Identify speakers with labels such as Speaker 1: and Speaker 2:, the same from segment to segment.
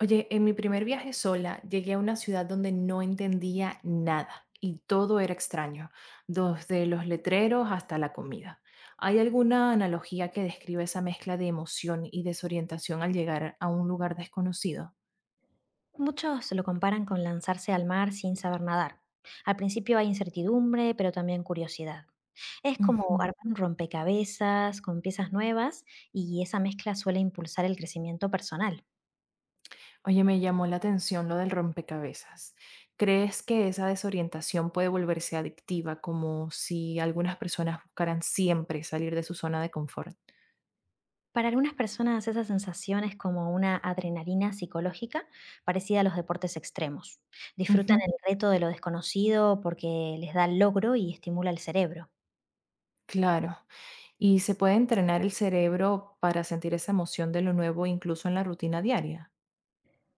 Speaker 1: Oye, en mi primer viaje sola llegué a una ciudad donde no entendía nada y todo era extraño, desde los letreros hasta la comida. ¿Hay alguna analogía que describe esa mezcla de emoción y desorientación al llegar a un lugar desconocido?
Speaker 2: Muchos lo comparan con lanzarse al mar sin saber nadar. Al principio hay incertidumbre, pero también curiosidad. Es como
Speaker 1: Ujú.
Speaker 2: armar un rompecabezas con piezas nuevas y esa mezcla suele impulsar el crecimiento personal.
Speaker 1: Oye, me llamó la atención lo del rompecabezas. ¿Crees que esa desorientación puede volverse adictiva, como si algunas personas buscaran siempre salir de su zona de confort?
Speaker 2: Para algunas personas esa sensación es como una adrenalina psicológica parecida a los deportes extremos. Disfrutan
Speaker 1: Ujú.
Speaker 2: el reto de lo desconocido porque les da logro y estimula el cerebro.
Speaker 1: Claro. ¿Y se puede entrenar el cerebro para sentir esa emoción de lo nuevo incluso en la rutina diaria?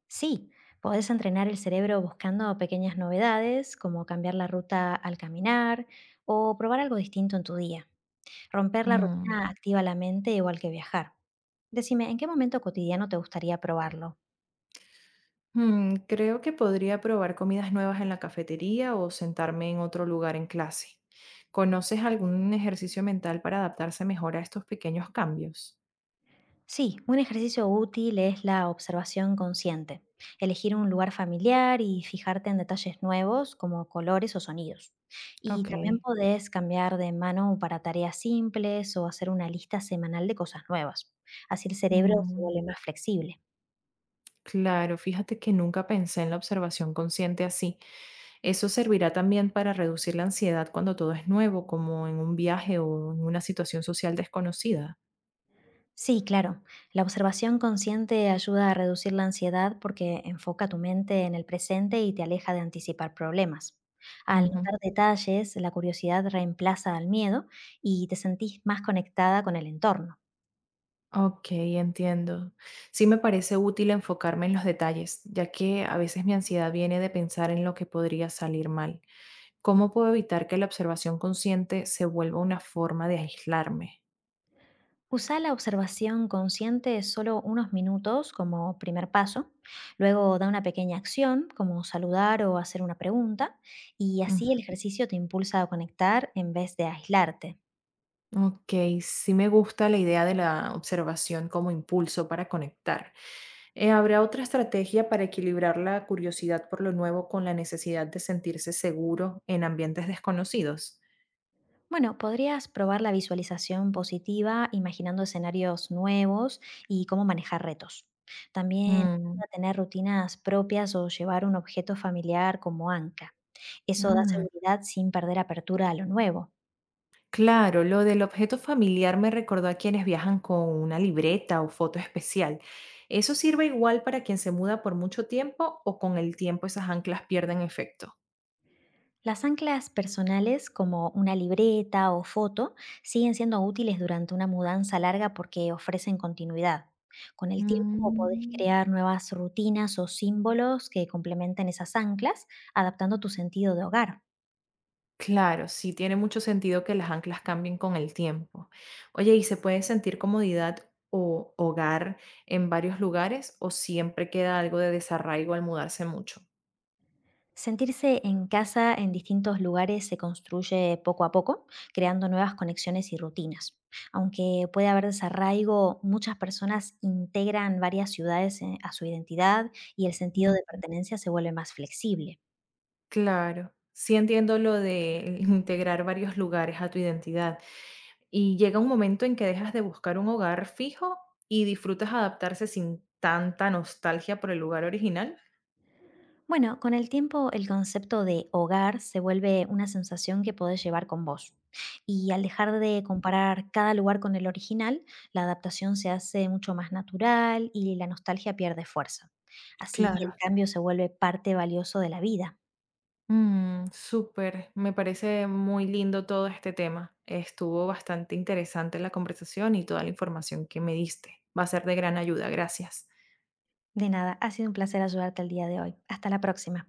Speaker 2: Sí, podés entrenar el cerebro buscando pequeñas novedades, como cambiar la ruta al caminar o probar algo distinto en tu día. Romper la
Speaker 1: Mm,
Speaker 2: rutina activa la mente igual que viajar. Decime, ¿en qué momento cotidiano te gustaría probarlo?
Speaker 1: creo que podría probar comidas nuevas en la cafetería o sentarme en otro lugar en clase. ¿Conoces algún ejercicio mental para adaptarse mejor a estos pequeños cambios?
Speaker 2: Sí, un ejercicio útil es la observación consciente, elegir un lugar familiar y fijarte en detalles nuevos como colores o sonidos. Y también
Speaker 1: Ok.
Speaker 2: podés cambiar de mano para tareas simples o hacer una lista semanal de cosas nuevas. Así el cerebro se
Speaker 1: mm,
Speaker 2: vuelve más flexible.
Speaker 1: claro, fíjate que nunca pensé en la observación consciente así. Eso servirá también para reducir la ansiedad cuando todo es nuevo, como en un viaje o en una situación social desconocida.
Speaker 2: Sí, claro. La observación consciente ayuda a reducir la ansiedad porque enfoca tu mente en el presente y te aleja de anticipar problemas. Al
Speaker 1: Ujú.
Speaker 2: notar detalles, la curiosidad reemplaza al miedo y te sentís más conectada con el entorno.
Speaker 1: Ok, entiendo. Sí me parece útil enfocarme en los detalles, ya que a veces mi ansiedad viene de pensar en lo que podría salir mal. ¿Cómo puedo evitar que la observación consciente se vuelva una forma de aislarme?
Speaker 2: Usa la observación consciente solo unos minutos como primer paso, luego da una pequeña acción como saludar o hacer una pregunta y así
Speaker 1: Ujú.
Speaker 2: el ejercicio te impulsa a conectar en vez de aislarte.
Speaker 1: Ok, sí me gusta la idea de la observación como impulso para conectar. ¿Habrá otra estrategia para equilibrar la curiosidad por lo nuevo con la necesidad de sentirse seguro en ambientes desconocidos?
Speaker 2: Bueno, podrías probar la visualización positiva imaginando escenarios nuevos y cómo manejar retos. También
Speaker 1: Mm,
Speaker 2: a tener rutinas propias o llevar un objeto familiar como anca. Eso da
Speaker 1: ah,
Speaker 2: seguridad sin perder apertura a lo nuevo.
Speaker 1: Claro, lo del objeto familiar me recordó a quienes viajan con una libreta o foto especial. ¿Eso sirve igual para quien se muda por mucho tiempo o con el tiempo esas anclas pierden efecto?
Speaker 2: Las anclas personales como una libreta o foto siguen siendo útiles durante una mudanza larga porque ofrecen continuidad. Con el tiempo podés
Speaker 1: Mm,
Speaker 2: crear nuevas rutinas o símbolos que complementen esas anclas, adaptando tu sentido de hogar.
Speaker 1: Claro, sí tiene mucho sentido que las anclas cambien con el tiempo. Oye, ¿y se puede sentir comodidad o hogar en varios lugares o siempre queda algo de desarraigo al mudarse mucho?
Speaker 2: Sentirse en casa en distintos lugares se construye poco a poco, creando nuevas conexiones y rutinas. Aunque puede haber desarraigo, muchas personas integran varias ciudades a su identidad y el sentido de
Speaker 1: Mm,
Speaker 2: pertenencia se vuelve más flexible.
Speaker 1: Claro, sí entiendo lo de integrar varios lugares a tu identidad. Y llega un momento en que dejas de buscar un hogar fijo y disfrutas adaptarse sin tanta nostalgia por el lugar original.
Speaker 2: Bueno, con el tiempo el concepto de hogar se vuelve una sensación que podés llevar con vos. Y al dejar de comparar cada lugar con el original, la adaptación se hace mucho más natural y la nostalgia pierde fuerza. Así
Speaker 1: Claro.
Speaker 2: el cambio se vuelve parte valioso de la vida.
Speaker 1: Súper, me parece muy lindo todo este tema. Estuvo bastante interesante la conversación y toda la información que me diste. Va a ser de gran ayuda, gracias.
Speaker 2: De nada, ha sido un placer ayudarte el día de hoy. Hasta la próxima.